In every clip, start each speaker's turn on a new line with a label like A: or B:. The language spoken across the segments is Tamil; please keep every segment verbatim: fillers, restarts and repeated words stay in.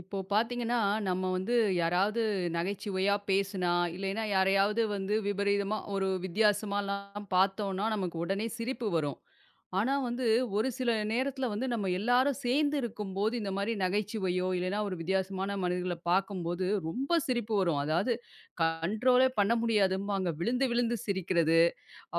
A: இப்போ பார்த்தீங்கன்னா, நம்ம வந்து யாராவது நகைச்சுவையா பேசுனா, இல்லைன்னா யாரையாவது வந்து விபரீதமா ஒரு வித்தியாசமாலாம் பார்த்தோம்னா, நமக்கு உடனே சிரிப்பு வரும். ஆனா வந்து, ஒரு சில நேரத்தில வந்து நம்ம எல்லாரும் சேர்ந்து இருக்கும்போது, இந்த மாரி நகைச்சுவையோ, இல்லைன்னா ஒரு வித்தியாசமான மனிதர்கள பார்க்கும்போது ரொம்ப சிரிப்பு வரும். அதாவது கண்ட்ரோலே பண்ண முடியாதும்பாங்க. விழுந்து விழுந்து சிரிக்கிறது.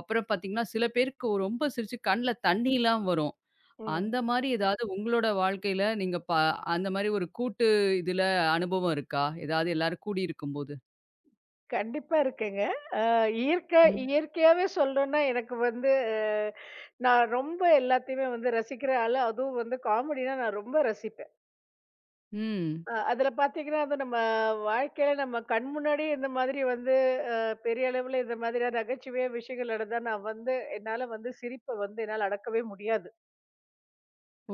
A: அப்புறம் பார்த்தீங்கன்னா, சில பேருக்கு ரொம்ப சிரிச்சு கண்ல தண்ணிலாம் வரும்.
B: ம்.
A: அந்த மாரி ஏதாவது உங்களோட வாழ்க்கையில நீங்க ப அந்த மாரி ஒரு கூட்டு இதுல அனுபவம் இருக்கா? ஏதாவது எல்லாரும் கூடி இருக்கும்போது?
B: கண்டிப்பா இருக்குங்க. அ இயற்கை
A: ம்.
B: இயற்கையாவே சொல்லணும்னா எனக்கு வந்து அஹ், நான் ரொம்ப எல்லாத்தையுமே வந்து ரசிக்கிற ஆளு. அதுவும் வந்து காமெடினா நான் ரொம்ப ரசிப்பேன்.
A: ம்.
B: அ அதில பார்த்தீங்கன்னா, அது நம்ம வாழ்க்கையில நம்ம கண் முன்னாடியே இந்த மாதிரி வந்து அ பெரிய அளவுல இந்த மாதிரியான நகைச்சுவையான விஷயங்கள் நடந்தா நான் வந்து என்னால வந்து சிரிப்ப வந்து என்னால அடக்கவே முடியாது.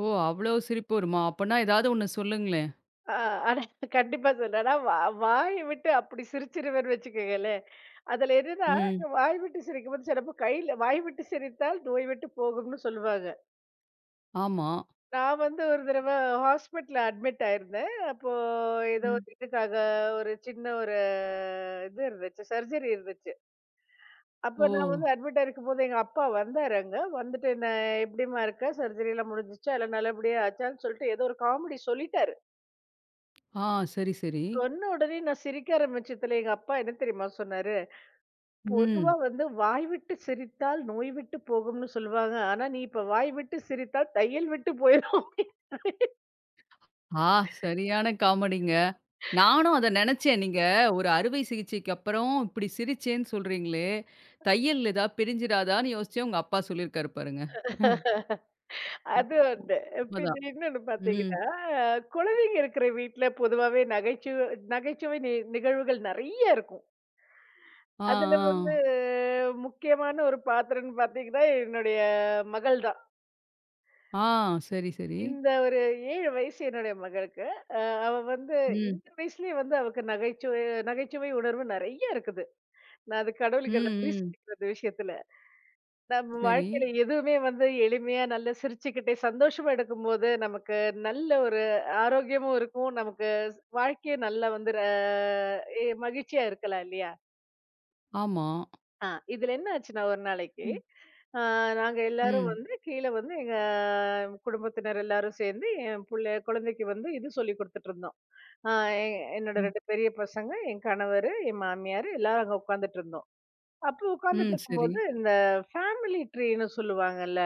A: ஓ! அவ்ளோ சிரிப்பு வருமா? அப்பன்னா ஏதாவது ஒண்ணு சொல்லுங்களேன்.
B: ஆ, ஆனா கண்டிப்பா சொல்றேன். ஆனா வா வாய விட்டு அப்படி சிரிச்சிருவேன்னு வச்சுக்கங்களேன். அதுல என்னன்னா,
A: ம்.
B: வாய் விட்டு சிரிக்கும்போது சிலப்போ கையில வாய் விட்டு சிரித்தால் நோய் விட்டு போகும்னு சொல்லுவாங்க.
A: ஆமா.
B: நான் வந்து ஒரு தடவை ஹாஸ்பிட்டல்ல அட்மிட் ஆயிருந்தேன். அப்போ ஏதோ
A: ம்.
B: ஒரு இதுக்காக ஒரு சின்ன ஒரு இது இருந்துச்சு, சர்ஜரி இருந்துச்சு. அப்போ
A: ஓ!
B: நான் வந்து அட்மிட் ஆயிருக்கும்போது எங்க அப்பா வந்தாரு அங்க. வந்துட்டு என்ன எப்படிம்மா இருக்க? சர்ஜரி எல்லாம் முடிஞ்சுச்சா? எல்லாம் நல்லபடியா ஆச்சான்னு சொல்லிட்டு ஏதோ ஒரு காமெடி சொல்லிட்டாரு.
A: ஆ, சரி, சரி.
B: சொன்ன உடனே நான் சிரிக்க ஆரம்பிச்சதுல எங்க அப்பா என்ன தெரியுமா சொன்னாரு? பொதுவா
A: ம்.
B: வந்து "வாய் விட்டு சிரித்தால் நோய் விட்டு போகும்னு சொல்லுவாங்க. ஆனா நீ இப்ப வாய் விட்டு சிரித்தால் தையல் விட்டு போயிரும்" அப்டின்னாரு.
A: ஆ, சரியான காமெடிங்க. நானும் அத நெனச்சேன். நீங்க ஒரு அறுவை சிகிச்சைக்கு அப்புறம் இப்படி சிரிச்சேன்னு சொல்றீங்களே! தையல் ஏதாவது பிரிஞ்சிராதான்னு யோசிச்சேன். உங்க அப்பா சொல்லியிருக்காரு பாருங்க. அ,
B: அது ஒண்ணு. பின்ன
A: உண்மதான்.
B: இன்னொன்னு
A: ம்.
B: பார்த்தீங்கன்னா, குழந்தைங்க இருக்கிற வீட்ல பொதுவாவே நகைச்சுவை நகைச்சுவை நி நிகழ்வுகள் நெறைய இருக்கும்.
A: ஆ,
B: அதுல வந்து
A: ஆ.
B: முக்கியமான ஒரு பாத்திரம்ன்னு பார்த்தீங்கன்னா, என்னுடைய மகள் தான்.
A: ஆ. சரி, சரி.
B: இந்த ஒரு ஏழு வயசு என்னுடைய மகளுக்கு. அ அவ வந்து
A: ம்.
B: இந்த வயசுலயே வந்து அவக்கு நகைச்சுவை நகைச்சுவை உணர்வு நெறைய இருக்குது. நான் அது
A: ம்,
B: கடவுளுக்கு நன்றி
A: ம்.
B: சொல்லிக்கிறேன் அந்த விஷயத்துல. நம்ம
A: சரி.
B: வாழ்க்கையில எதுவுமே வந்து எளிமையா நல்லா சிரிச்சுக்கிட்டே சந்தோஷமா எடுக்கும்போது, நமக்கு நல்ல ஒரு ஆரோக்கியமும் இருக்கும். நமக்கு வாழ்க்கையும் நல்லா வந்து அ எ மகிழ்ச்சியா இருக்கலாம் இல்லையா?
A: ஆமா.
B: ஆ, இதுல என்ன ஆச்சுன்னா ஒரு நாளைக்கு,
A: ம்.
B: ஆ நாங்க எல்லாரும்
A: ம்.
B: வந்து கீழ வந்து எங்க குடும்பத்தினர் எல்லாரும் சேர்ந்து என் புள்ள குழந்தைக்கு வந்து இது சொல்லிக் குடுத்துட்டு இருந்தோம். ஆ எ என்னோட
A: ம்.
B: ரெண்டு பெரிய பசங்க, என் கணவரு, என் மாமியாரு எல்லாரும் அங்க உட்கார்ந்துட்டு இருந்தோம். அப்போ
A: ம்.
B: உட்கார்ந்துட்டு
A: சரி.
B: இருக்கும்போது, இந்த ஃபேமிலி ட்ரீன்னு சொல்லுவாங்கல்ல.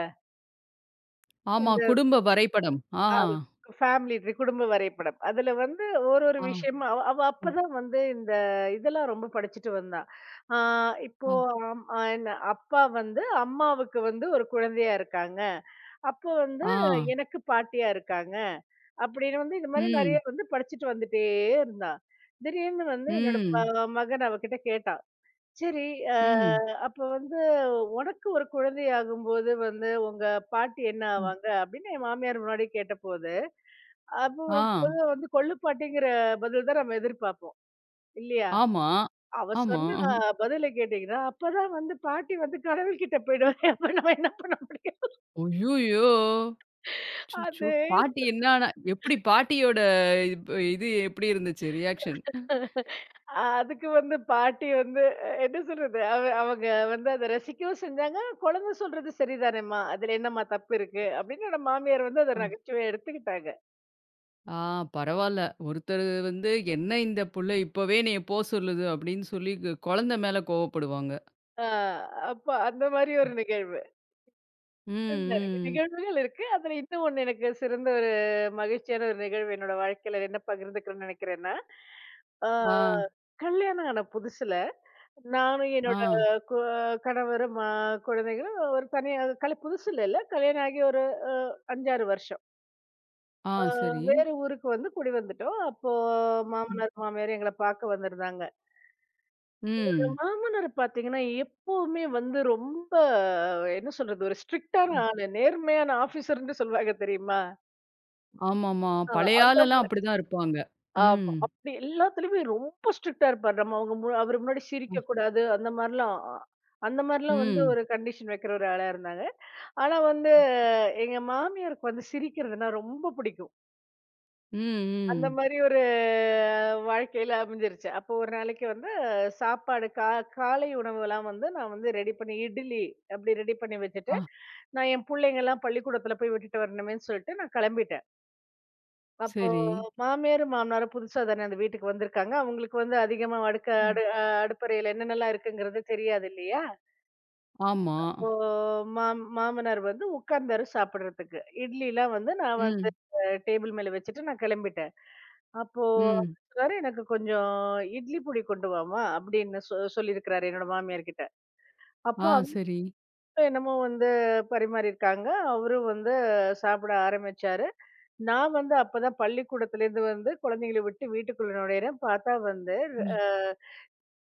A: ஆமா. குடும்ப வரைபடம். ஆ.
B: அது ஃபேமிலி ட்ரீ குடும்ப வரைபடம். அதுல வந்து ஒரு ஒரு
A: ஆ,
B: விஷயமா அவ அவ
A: அ,
B: அப்பதான் வந்து இந்த இதெல்லாம் ரொம்ப படிச்சுட்டு வந்தா. ஆ இப்போ
A: அ.
B: அம் அ என்ன அப்பா வந்து அம்மாவுக்கு வந்து ஒரு குழந்தையா இருக்காங்க. அப்போ வந்து
A: ஆ.
B: எனக்கு பாட்டியா இருக்காங்க. அப்படின்னு வந்து இந்த மாரி நெறைய
A: ம்.
B: வந்து படிச்சுட்டு வந்துட்டே இருந்தா. திடீர்னு வந்து என்னோட ப
A: ம்.
B: மகன் அவகிட்ட கேட்டா. சரி அ
A: ம்.
B: அப்ப வந்து உனக்கு ஒரு குழந்தை ஆகும்போது வந்து உங்க பாட்டி என்ன
A: ம்.
B: ஆவாங்க? அப்படின்னு என் மாமியார் முன்னாடி கேட்டபோது அப்போ
A: ஆ.
B: பொதுவா வந்து கொள்ளுப்பாட்டிங்கிற பதில் தான் நம்ம எதிர்பார்ப்போம். இல்லையா?
A: ஆமா.
B: அவ
A: ஆமா.
B: சொன்ன பதில கேட்டீங்கன்னா, அப்பதான் வந்து பாட்டி வந்து கடவுள்கிட்ட போயிடுவாங்க. அப்ப நம்ம என்ன பண்ண முடியும்?
A: அய்யய்யோ! அச்சச்சோ!
B: அது
A: பாட்டி என்னானா எப்படி பாட்டியோட இப் இது எப்படி இருந்துச்சு ரியாக்ஷன்?
B: அதுக்கு வந்து பாட்டி வந்து அஹ், என்ன சொல்றது? அவ அவங்க வந்து அத ரசிக்கவும் செஞ்சாங்க. குழந்தை சொல்றது சரிதானேம்மா! அதுல என்னம்மா தப்பு இருக்கு? அப்படின்னு நம்ம மாமியார் வந்து அத
A: ஆ.
B: நகைச்சுவையா எடுத்துக்கிட்டாங்க.
A: ஆ, பரவால்ல. ஒருத்தரு வந்து என்ன இந்த புள்ள இப்பவே என்னைய போ சொல்லுது அப்படின்னு சொல்லி கு குழந்தை மேல கோவப்படுவாங்க.
B: ஆ அப்ப அந்த மாரி ஒரு நிகழ்வு.
A: ம்,
B: நிறைய
A: ம்.
B: நிகழ்வுகள் இருக்கு. அதுல இன்னும் ஒண்ணு எனக்கு சிறந்த ஒரு மகிழ்ச்சியான ஒரு நிகழ்வு என்னோட வாழ்க்கையில என்ன பகிர்ந்துக்கிறேன்னு நினைக்கிறேன்னா, ஆ
A: ஆ,
B: கல்யாணம் ஆன புதுசுல நானும்
A: ஆ,
B: என்னோட கு கணவரும், அ குழந்தைகளும் ஒரு தனியா கல் புதுசுல இல்ல. கல்யாணம் ஆகி ஒரு அ ஐந்து, ஆறு வருஷம்.
A: ஆ.
B: ஆ
A: சரி.
B: வேற ஊருக்கு வந்து குடி வந்துட்டோம். அப்போ
A: ம்.
B: மாமனார், மாமியார் எங்கள பார்க்க வந்திருந்தாங்க.
A: ம்.
B: மாமனார் பார்த்தீங்கன்னா, எப்பவுமே வந்து ரொம்ப என்ன சொல்றது? ஒரு ஸ்ட்ரிக்ட்டான
A: ம்.
B: ஆளு. நேர்மையான ஆஃபீசர்ன்னு சொல்லுவாங்க தெரியுமா?
A: ஆமாமா.
B: ஆ
A: பழைய
B: அதான்
A: ஆளெல்லாம் அப்படிதான் இருப்பாங்க.
B: ஆமா.
A: ம்.
B: அப்படி எல்லாத்துலயுமே ரொம்ப ஸ்ட்ரிக்ட்டா இருப்பாரு. நம்ம அவங்க மு அவரு முன்னாடி
A: ம்.
B: சிரிக்கக்கூடாது. அந்த மாரிலாம் அ அந்த மாரிலாம் வந்து
A: ம்.
B: ஒரு கண்டிஷன் வைக்கிற ஒரு ஆளா இருந்தாங்க. ஆனா வந்து
A: ம்.
B: எங்க மாமியாருக்கு வந்து சிரிக்கிறதுன்னா ரொம்ப பிடிக்கும்.
A: ம்,
B: அந்த
A: ம்.
B: மாரி ஒரு வாழ்க்கையில அமைஞ்சிருச்சு. அப்போ ஒரு நாளைக்கு வந்து சாப்பாடு கா காலை உணவுலாம் வந்து நான் வந்து ரெடி பண்ணி இட்லி அப்படி ரெடி பண்ணி
A: ஆ,
B: வச்சுட்டு, நான் என் புள்ளைங்கலாம் பள்ளிக்கூடத்துல போய் விட்டுட்டு வரணுமேன்னு சொல்லிட்டு நான் கிளம்பிட்டேன். அப்போ
A: சரி.
B: மாமியார், மாமனாரும் புதுசா தானே அந்த வீட்டுக்கு வந்திருக்காங்க. அவங்களுக்கு வந்து அதிகமா அடுக்க
A: ம்.
B: அடு அ அடுப்பறையில என்னென்னலாம் இருக்குங்கிறது தெரியாது இல்லையா?
A: ஆமா.
B: இப்போ மாம் மாமனார் வந்து உட்கார்ந்தாரு சாப்பிடுறதுக்கு. இட்லிலாம் வந்து நான் வந்து
A: ம்,
B: டேபிள் மேல வச்சுட்டு நான் கிளம்பிட்டேன். அப்போ அவரு
A: ம்.
B: சொன்னாரு, "எனக்கு கொஞ்சம் இட்லி பொடி கொண்டு வாம்மா" அப்படின்னு சொ சொல்லியிருக்கிறாரு என்னோட மாமியார் கிட்ட. அப்போ
A: ஆ,
B: அவங்க
A: சரி.
B: என்னமோ வந்து பரிமாறியிருக்காங்க. அவரும் வந்து சாப்பிட ஆரம்பிச்சாரு. நான் வந்து அப்பதான் பள்ளிக்கூடத்துலேருந்து வந்து குழந்தைங்கள விட்டு வீட்டுக்குள்ள நுழையிறேன். பார்த்தா வந்து
A: ம்.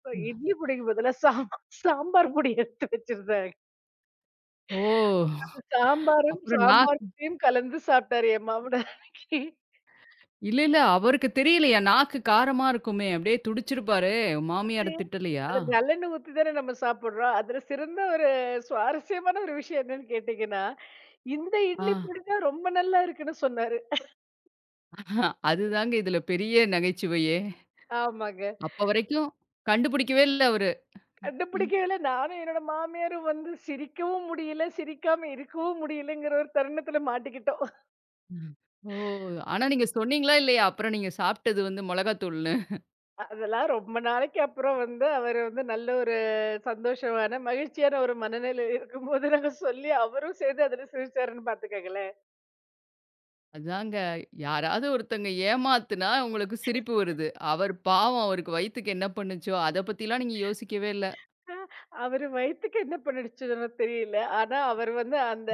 B: அ
A: ம்.
B: இட்லி பொடிக்கு பதிலா சாம் சாம்பார் பொடி எடுத்து வச்சிருந்தாங்க.
A: ஓ!
B: சாம்பாரும்,
A: அப்புறம் நாக்
B: சாம்பார் பொடியும் கலந்து சாப்பிட்டாரு என் மமனார் அன்னைக்கு.
A: இல்ல, இல்ல. அவருக்கு தெரியலையா? நாக்கு காரமா இருக்குமே! அப்படியே துடிச்சிருப்பாரே! மாமியார திட்டலையா?
B: அதுல நல்லெண்ணெய் ஊத்தி தானே நம்ம சாப்பிடுறோம். அதுல சிறந்த ஒரு சுவாரஸ்யமான ஒரு விஷயம் என்னன்னு கேட்டீங்கன்னா, இந்த இட்லி
A: ஆ.
B: பொடி தான் ரொம்ப நல்லா இருக்குன்னு சொன்னாரு.
A: அதுதாங்க இதுல பெரிய நகைச்சுவையே.
B: ஆமாங்க.
A: அப்ப வரைக்கும் கண்டுபிடிக்கவே இல்ல அவரு.
B: கண்டுபிடிக்கவே நானும் என்னோட மாமியாரும் வந்து சிரிக்கவும் முடியல, சிரிக்காம இருக்கவும் முடியலங்கிற ஒரு தருணத்துல மாட்டிக்கிட்டோம்.
A: ம். ஓ! ஆனா நீங்க சொன்னீங்களா இல்லையா? அப்புறம் நீங்க சாப்பிட்டது வந்து மிளகாத்தூள்னு.
B: அதெல்லாம் ரொம்ப நாளைக்கு அப்புறம் வந்து அவரு வந்து நல்ல ஒரு சந்தோஷமான, மகிழ்ச்சியான ஒரு மனநிலையில இருக்கும்போது நாங்க சொல்லி, அவரும் சேர்ந்து அதுல சிரிச்சாருன்னு பார்த்துக்கங்களேன்.
A: அதாங்க யாராவது ஒருத்தங்க ஏமாத்துனா உங்களுக்கு சிரிப்பு வருது. அவர் பாவம் அவருக்கு வயித்துக்கு என்ன பண்ணுச்சோ, அத பத்திலாம் நீங்க யோசிக்கவே இல்ல.
B: அ அவரு வயித்துக்கு என்ன பண்ணிடுச்சுன்னோ தெரியல. ஆனா, அவர் வந்து அந்த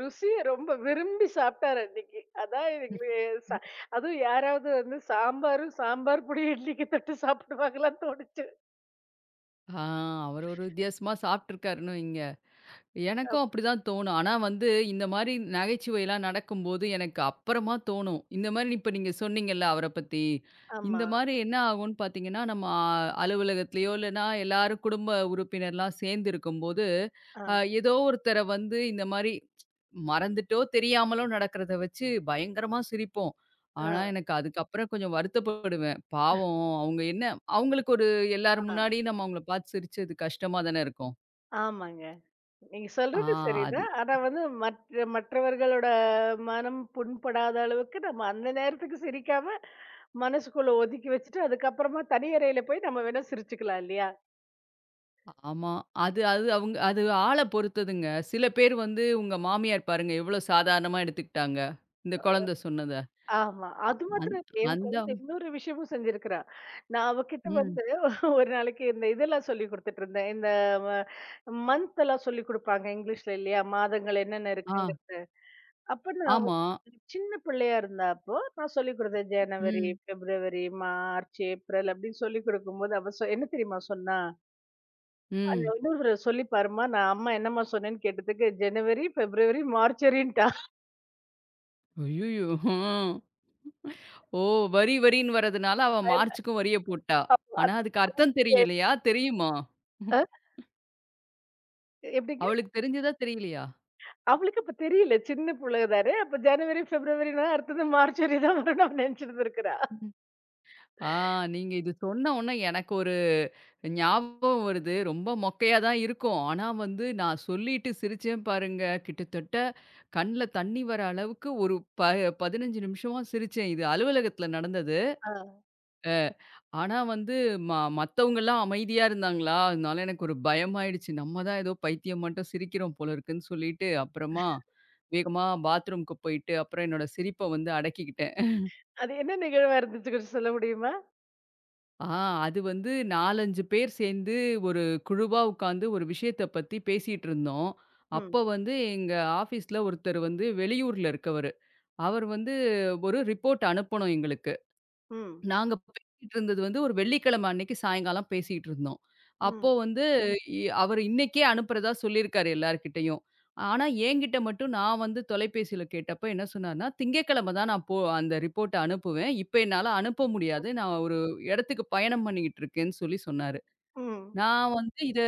B: ருசிய ரொம்ப விரும்பி சாப்பிட்டாரு அன்னைக்கு. அதான் எங்களு ச அதுவும் யாராவது வந்து சாம்பாரும், சாம்பார் பொடி இட்லிக்கு தொட்டு சாப்பிடுவாங்களான்னு தோணுச்சு.
A: ஆ, அவர் ஒரு வித்தியாசமா சாப்பிட்டுருக்காருன்னு வைங்க.
B: அப்
A: எனக்கும் அப்படிதான் தோணும். ஆனா வந்து இந்த மாரி நகைச்சுவைலாம் நடக்கும்போது எனக்கு அப்புறமா தோணும். இந்த மாரி இப்ப நீங்க சொன்னீங்கல்ல அவர பத்தி. இந்த
B: ஆமா.
A: மாரி என்ன ஆகும்ன்னு பார்த்தீங்கன்னா, நம்ம அ அலுவலகத்திலயோ இல்லன்னா எல்லாரும் குடும்ப உறுப்பினர்லாம் சேர்ந்து இருக்கும்போது,
B: ஆ,
A: அ, ஏதோ ஒருத்தர வந்து இந்த மாரி மறந்துட்டோ தெரியாமலோ நடக்கிறத வச்சு பயங்கரமா சிரிப்போம். ஆனா
B: ஆ,
A: எனக்கு அதுக்கப்புறம் கொஞ்சம் வருத்தப்படுவேன். பாவம் அவங்க என்ன அவங்களுக்கு ஒரு எல்லார்
B: ஆ.
A: முன்னாடியும் நம்ம அவங்கள பார்த்து சிரிச்சது கஷ்டமா தானே இருக்கும்.
B: ஆமாங்க. நீங்க
A: ஆ,
B: சொல்றது
A: அது,
B: சரிதான். ஆனா வந்து மற்ற மற்றவர்களோட மனம் புண்படாத அளவுக்கு நம்ம அந்த நேரத்துக்கு சிரிக்காம, மனசுக்குள்ள ஒதுக்கி வச்சுட்டு, அதுக்கப்புறமா தனி அறையில போய் நம்ம வேணா சிரிச்சுக்கலாம் இல்லையா?
A: ஆமா. அது அது அவங்க அது ஆள பொறுத்ததுங்க. சில பேர் வந்து உங்க மாமியார் பாருங்க எவ்ளோ சாதாரணமா எடுத்துக்கிட்டாங்க. இந்த குழந்த சொன்னத.
B: ஆமா.
A: அ
B: அது
A: அந்
B: மாத்திரம் இல்ல. என்
A: அந்த.
B: குழந்தை இன்னொரு விஷயமும் செஞ்சிருக்கிறா. நான் அவகிட்ட
A: ம்.
B: வந்து ஒரு நாளைக்கு இந்த இதெல்லாம் சொல்லிக் குடுத்துட்டு இருந்தேன். இந்த ம மந்த் எல்லாம் சொல்லிக் குடுப்பாங்க இங்கிலீஷ்ல இல்லையா? மாதங்கள் என்னென்ன
A: ஆ.
B: இருக்குங்கிறத. அப்ப நான்
A: ஆமா.
B: வந்து சின்ன பிள்ளையா இருந்தா அப்போ, நான் சொல்லிக் குடுத்தேன். ஜனவரி,
A: ம்.
B: பிப்ரவரி, மார்ச், ஏப்ரல் அப்படின்னு சொல்லிக் குடுக்கும்போது, அவ சொ என்ன தெரியுமா சொன்னா? "அத
A: ம்.
B: இன்னொரு தடவ சொல்லி பாரும்மா. நான் அம்மா என்னம்மா சொன்னேன்னு கேட்டதுக்கு, ஜனவரி, பிப்ரவரி, மார்ச்சரின்ட்டா."
A: அய்யய்யோ! ம். ஓ! வரி வரின்னு வரதுனால அவ மார்ச்சுக்கும் வரிய போட்டா.
B: அ
A: ஆனா அதுக்கு அர்த்தம் தெரியலையா? தெரியுமா?
B: எப்படிங்க?
A: அவளுக்கு தெரிஞ்சதா தெரியலையா?
B: அவளுக்கு அப்ப தெரியல. சின்ன புள்ள தானே. அப்ப ஜனவரி, பிப்ரவரின்னா அடுத்தது மார்ச் வரையும் தான் வரும்னு அவ நெனச்சுட்டு இருந்திருக்கிறா.
A: ஆ, நீங்க இது சொன்ன உடனே எனக்கு ஒரு ஞாபகம் வருது. ரொம்ப மொக்கையா தான் இருக்கும். ஆனா வந்து நான் சொல்லிட்டு சிரிச்சேன் பாருங்க. கிட்டத்தட்ட கண்ல தண்ணி வர அளவுக்கு ஒரு ப பதினைந்து நிமிஷமா சிரிச்சேன். இது அலுவலகத்தில நடந்தது.
B: ஆ.
A: அ, ஆனா வந்து ம மத்தவங்கலாம் அமைதியா இருந்தாங்களா, அதனால எனக்கு ஒரு பயமாயிடுச்சு. நம்ம தான் ஏதோ பைத்தியம் மட்டும் சிரிக்கிறோம் போல இருக்குன்னு சொல்லிட்டு, அப்புறமா வேகமா பாத்ரூம்க்கு போயிட்டு, அப்புறம் என்னோட சிரிப்ப வந்து அடக்கிக்கிட்டேன்.
B: அது என்ன நிகழ்வா இருந்துச்சு கொஞ்சம் சொல்ல முடியுமா?
A: ஆ, அது வந்து நான்கு, ஐந்து பேர் சேர்ந்து ஒரு குழுவா உட்காந்து ஒரு விஷயத்த பத்தி பேசிட்டு இருந்தோம்.
B: ம்.
A: அப்ப வந்து எங்க ஆஃபீஸ்ல ஒருத்தர் வந்து வெளியூர்ல இருக்கவரு. அவர் வந்து ஒரு ரிப்போர்ட் அனுப்பணும் எங்களுக்கு.
B: ம்.
A: நாங்க பேசிட்டு இருந்தது வந்து ஒரு வெள்ளிக்கிழமை அன்னைக்கு சாயங்காலம் பேசிட்டு இருந்தோம். அப்போ
B: ம்.
A: வந்து ம். இ அவரு இன்னைக்கே அனுப்புறதா சொல்லியிருக்காரு எல்லார்கிட்டயும். ஆனா என்கிட்ட மட்டும் நான் வந்து தொலைபேசியில கேட்டப்ப என்ன சொன்னார்ன்னா, "திங்கட்கிழமை தான் நான் போ அந்த ரிப்போர்ட்ட அனுப்புவேன். இப்ப என்னால அனுப்ப முடியாது. நான் ஒரு இடத்துக்கு பயணம் பண்ணிக்கிட்டு இருக்கேன்னு" சொல்லி சொன்னாரு.
B: ம்.
A: நான் வந்து இத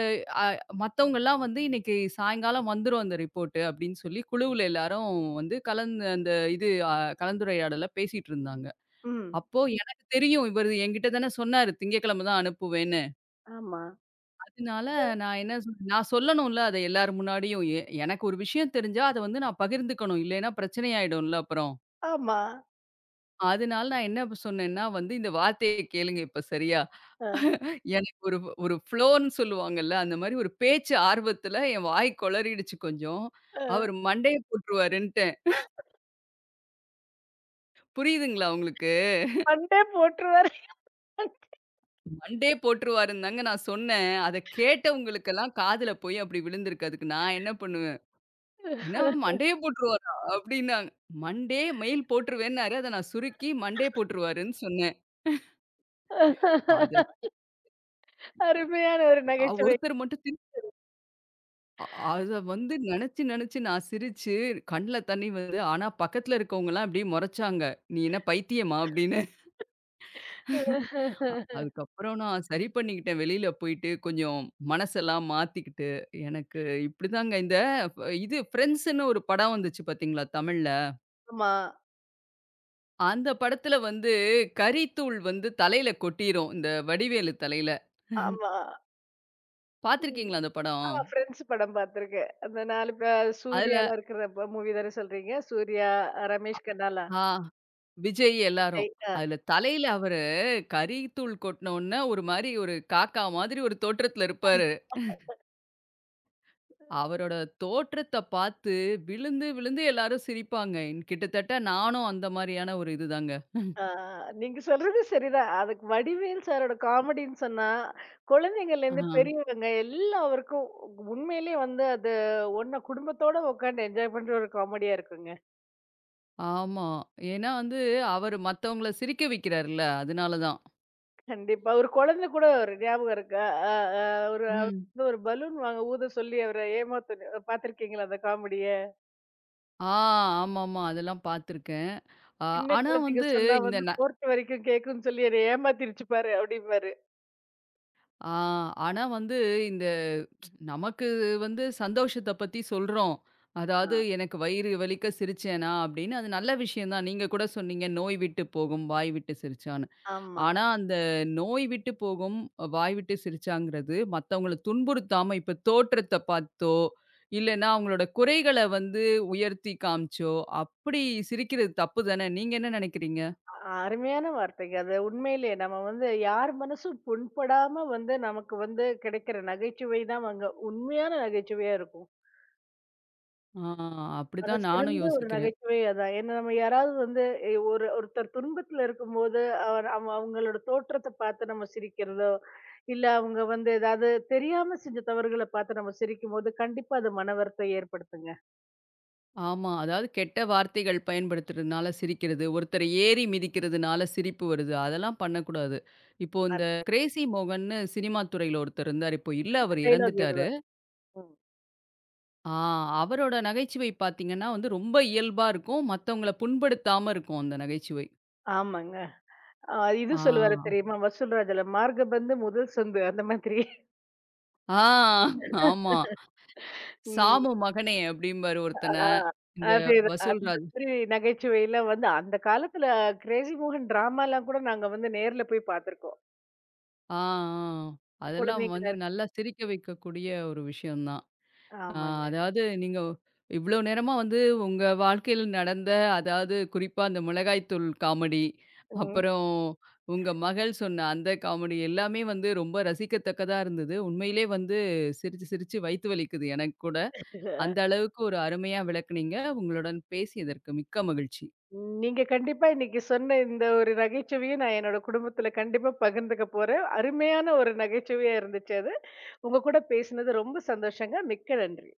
A: அ, மத்தவங்கலாம் வந்து "இன்னைக்கு சாயங்காலம் வந்துரும் அந்த ரிப்போர்ட்டு" அப்படின்னு சொல்லி குழுவுல எல்லாரும் வந்து கலந்து அந்த இது அ, கலந்துரையாடல பேசிட்டு இருந்தாங்க.
B: ம்.
A: அப்போ எனக்கு தெரியும். இவரு என்கிட்ட தானே சொன்னாரு, திங்கட்கிழமை தான் அனுப்புவேன்னு.
B: ஆமா.
A: அதனால நான் என்ன சொ நான் சொல்லணும்ல அத எல்லார் முன்னாடியும். எ எனக்கு ஒரு விஷயம் தெரிஞ்சா, அத வந்து நான் பகிர்ந்துக்கணும். இல்லைன்னா பிரச்சனை ஆயிடும்ல அப்புறம்.
B: ஆமா.
A: அதனால நான் என்ன சொன்னேன்னா வந்து, இந்த வார்த்தைய கேளுங்க இப்ப சரியா?
B: அ,
A: எனக்கு ஒரு ஒரு ஃப்ளோன்னு சொல்லுவாங்கல்ல, அந்த மாரி ஒரு பேச்சு ஆர்வத்துல என் வாய் கொளறிடுச்சு கொஞ்சம். அவரு
B: அ.
A: மண்டைய போட்டுருவாருன்ட்டேன். புரியுதுங்களா உங்களுக்கு?
B: ஃபண்டே போட்டுருவாரு.
A: மண்டே போட்டுருவாருன்னு தாங்க நான் சொன்னேன். அத கேட்டவங்களுக்கெல்லாம் காதுல போய் அப்படி விழுந்திருக்கு. அதுக்கு நான் என்ன பண்ணுவேன், "என்ன மண்டையே போட்டுருவாரா?" அப்படின்னாங்க. மண்டே மெயில் போட்டுருவேன்னாரு. அத நான் சுருக்கி மண்டே போட்டுருவாருன்னு சொன்னேன். அத,
B: அருமையான ஒரு
A: அ
B: நகைச்சுவை.
A: ஒருத்தர் மட்டும் திருப் அ அத வந்து நெனச்சு நெனச்சு நான் சிரிச்சு கண்ல தண்ணி வருது. ஆனா பக்கத்துல இருக்கவங்கலாம் அப்படியே மொறச்சாங்க. "நீ என்ன பைத்தியமா?" அப்படின்னு. அதுக்கப்புறம் நான் சரி பண்ணிக்கிட்டேன். வெளியில போயிட்டு கொஞ்சம் மனசெல்லாம் மாத்திக்கிட்டு, எனக்கு இப்படிதாங்க இந்த ப- இது ஃப்ரெண்ட்ஸ்ன்னு ஒரு படம் வந்துச்சு பார்த்தீங்களா தமிழ்ல.
B: ஆமா,
A: அந்த படத்துல வந்து கரித்தூள் வந்து தலையில கொட்டிரும். இந்த வடிவேலு தலையில.
B: ஆமா. ம்.
A: பார்த்துருக்கீங்களா அந்த படம்?
B: ஆமா ஃப்ரெண்ட்ஸ் படம் பார்த்துருக்கேன். அந்த நாலு பே
A: அதுல
B: சூர்யாலாம் இருக்கிற ப மூவி தானே சொல்றீங்க? சூர்யா, ரமேஷ் கண்ணாலா,
A: ஆ, விஜய் எல்லாரும்.
B: விஜய். அ,
A: அதுல தலையில அவரு கரித்தூள் கொட்டின உடனே ஒரு மாரி ஒரு காக்கா மாதிரி ஒரு தோற்றத்துல இருப்பாரு. அவரோட தோற்றத்த பார்த்து விழுந்து, விழுந்து எல்லாரும் சிரிப்பாங்க. இன்- கிட்டத்தட்ட நானும் அந்த மாரியான ஒரு இதுதாங்க.
B: ஆ. நீங்க சொல்றது சரிதான். அதுக்கு வடிவேல் சாரோட காமெடின்னு சொன்னா,
A: ஆ.
B: குழந்தைங்கள்லேருந்து பெரியவங்க எல்லாருக்கும் உண்மையிலேயே வந்து அது ஒண்ணா குடும்பத்தோட உட்காந்து என்ஜாய் பண்ற ஒரு காமெடியா இருக்குங்க.
A: ஆமா. ஏன்னா வந்து அவரு மத்தவங்கள சிரிக்க வைக்கிறார்ல, அதனால தான்.
B: கண்டிப்பா. ஒரு குழந்தை கூட ஒரு ஞாபகம் இருக்கா? அ அ ஒரு அவர்
A: ம்.
B: வந்து ஒரு பலூன் வாங்க ஊத சொல்லி அவர ஏமாத்துன பார்த்துருக்கீங்களா அந்த காமெடிய?
A: ஆ, ஆமாமா. அதெல்லாம் பார்த்துருக்கேன். அ
B: சின்ன
A: ஆனா
B: குழந்தைங்க
A: வந்து
B: சொன்னா
A: இந்த
B: வந்து
A: ந
B: நான்காவது வரைக்கும் கேட்கும்ன்னு சொல்லி என்ன ஏமாத்திருச்சு பாரு அப்டிம்பாரு.
A: ஆ ஆனா வந்து இந்த நமக்கு வந்து சந்தோஷத்த பத்தி சொல்றோம்.
B: ஆ,
A: அதாவது எனக்கு வயிறு வலிக்க சிரிச்சேனா அப்படின்னு, அது நல்ல விஷயம் தான். நீங்க கூட சொன்னீங்க, "நோய் விட்டு போகும், வாய் விட்டு சிரிச்சா".
B: ஆமா.
A: ஆனா, அந்த நோய் விட்டு போகும், வாய் விட்டு சிரிச்சாங்கிறது மத்தவங்கள துன்புறுத்தாம, இப்ப தோற்றத்த பாத்தோ, இல்லன்னா அவங்களோட குறைகள வந்து உயர்த்தி காமிச்சோ, அப்படி சிரிக்கிறது தப்பு தானே. நீங்க என்ன நெனைக்கிறீங்க?
B: அ அருமையான வார்த்தைங்க. அது உண்மையிலே நம்ம வந்து யார் மனசும் புண்படாம வந்து நமக்கு வந்து கிடைக்கிற நகைச்சுவை தான் அங்க உண்மையான நகைச்சுவையா இருக்கும்.
A: ஆ,
B: ஆனா
A: அப்படிதான் நானும்
B: சிறந்த ஒரு
A: யோசிக்கிறேன்.
B: நகைச்சுவை அதான். ஏன்னா நம்ம யாராவது வந்து எ ஒரு ஒருத்தர் துன்பத்துல இருக்கும்போது, அவர் அவ அவங்களோட தோற்றத்த பார்த்து நம்ம சிரிக்கிறதோ, இல்ல அவங்க வந்து ஏதாவது தெரியாம செஞ்ச தவறுகள பார்த்து நம்ம சிரிக்கும்போது, கண்டிப்பா அது மனவருத்தம் ஏற்படுத்துங்க.
A: ஆமா. அதாவது கெட்ட வார்த்தைகள் பயன்படுத்துறதுனால சிரிக்கிறது, ஒருத்தர ஏறி மிதிக்கிறதுனால சிரிப்பு வருது. அதெல்லாம் பண்ணக்கூடாது. இப்போ இந்த
B: அந்த
A: கிரேஸி மோகன்னு சினிமா துறையில ஒருத்தர் இருந்தாரு. இப்போ இல்ல அவர்
B: டயலாக்
A: இறந்துட்டாரு.
B: இதுதான். ம்.
A: ஆ, அவரோட நகைச்சுவை பார்த்தீங்கன்னா வந்து ரொம்ப இயல்பா இருக்கும். மத்தவங்கள புண்படுத்தாம இருக்கும் அந்த நகைச்சுவை.
B: ஆமாங்க. அ இது
A: ஆ,
B: சொல்லுவாரு தெரியுமா? வசூல்ராஜ்ல மார்கபந்து முதல் சந்து அந்த மாதிரி.
A: ஆ, ஆமா.
B: ம்.
A: "சாமு மகனே" அப்படிம்பாரு ஒருத்தன.
B: ஆ.
A: இந்த
B: அதேதான். அந்த
A: வசூல்ராஜ்.
B: மாதிரி நகைச்சுவைலாம் வந்து அந்த காலத்துல கிரேஸி மோகன் டிராமாலாம் கூட நாங்க வந்து நேர்ல போய் பார்த்துருக்கோம்.
A: ஆ, ஆ. அதெல்லாம்
B: குழந்தைங்க
A: வந்து நல்லா சிரிக்க வைக்கக்கூடிய ஒரு விஷயம் தான். ஆ,
B: ஆமாங்க.
A: அதாவது நீங்க இவ்ளோ நேரமா வந்து உங்க வாழ்க்கையில நடந்த அதாவது குறிப்பா அந்த மிளகாய் தூள் காமெடி,
B: ம்.
A: அப்புறம் உங்க மகள் சொன்ன அந்த காமெடி எல்லாமே வந்து ரொம்ப ரசிக்கத்தக்கதா இருந்தது. உண்மையிலே வந்து சிரிச்சு சிரிச்சு வயித்து வலிக்குது எனக்கு கூட. அந்த அளவுக்கு ஒரு அருமையா விளக்குனீங்க. உங்களுடன் பேசியதற்கு மிக்க மகிழ்ச்சி.
B: நீங்க கண்டிப்பா இன்னைக்கு சொன்ன இந்த ஒரு நகைச்சுவைய நான் என்னோட குடும்பத்துல கண்டிப்பா பகிர்ந்துக்க போறேன். அருமையான ஒரு நகைச்சுவையா இருந்துச்சு அது. உங்க கூட பேசினது ரொம்ப சந்தோஷங்க. மிக்க நன்றி.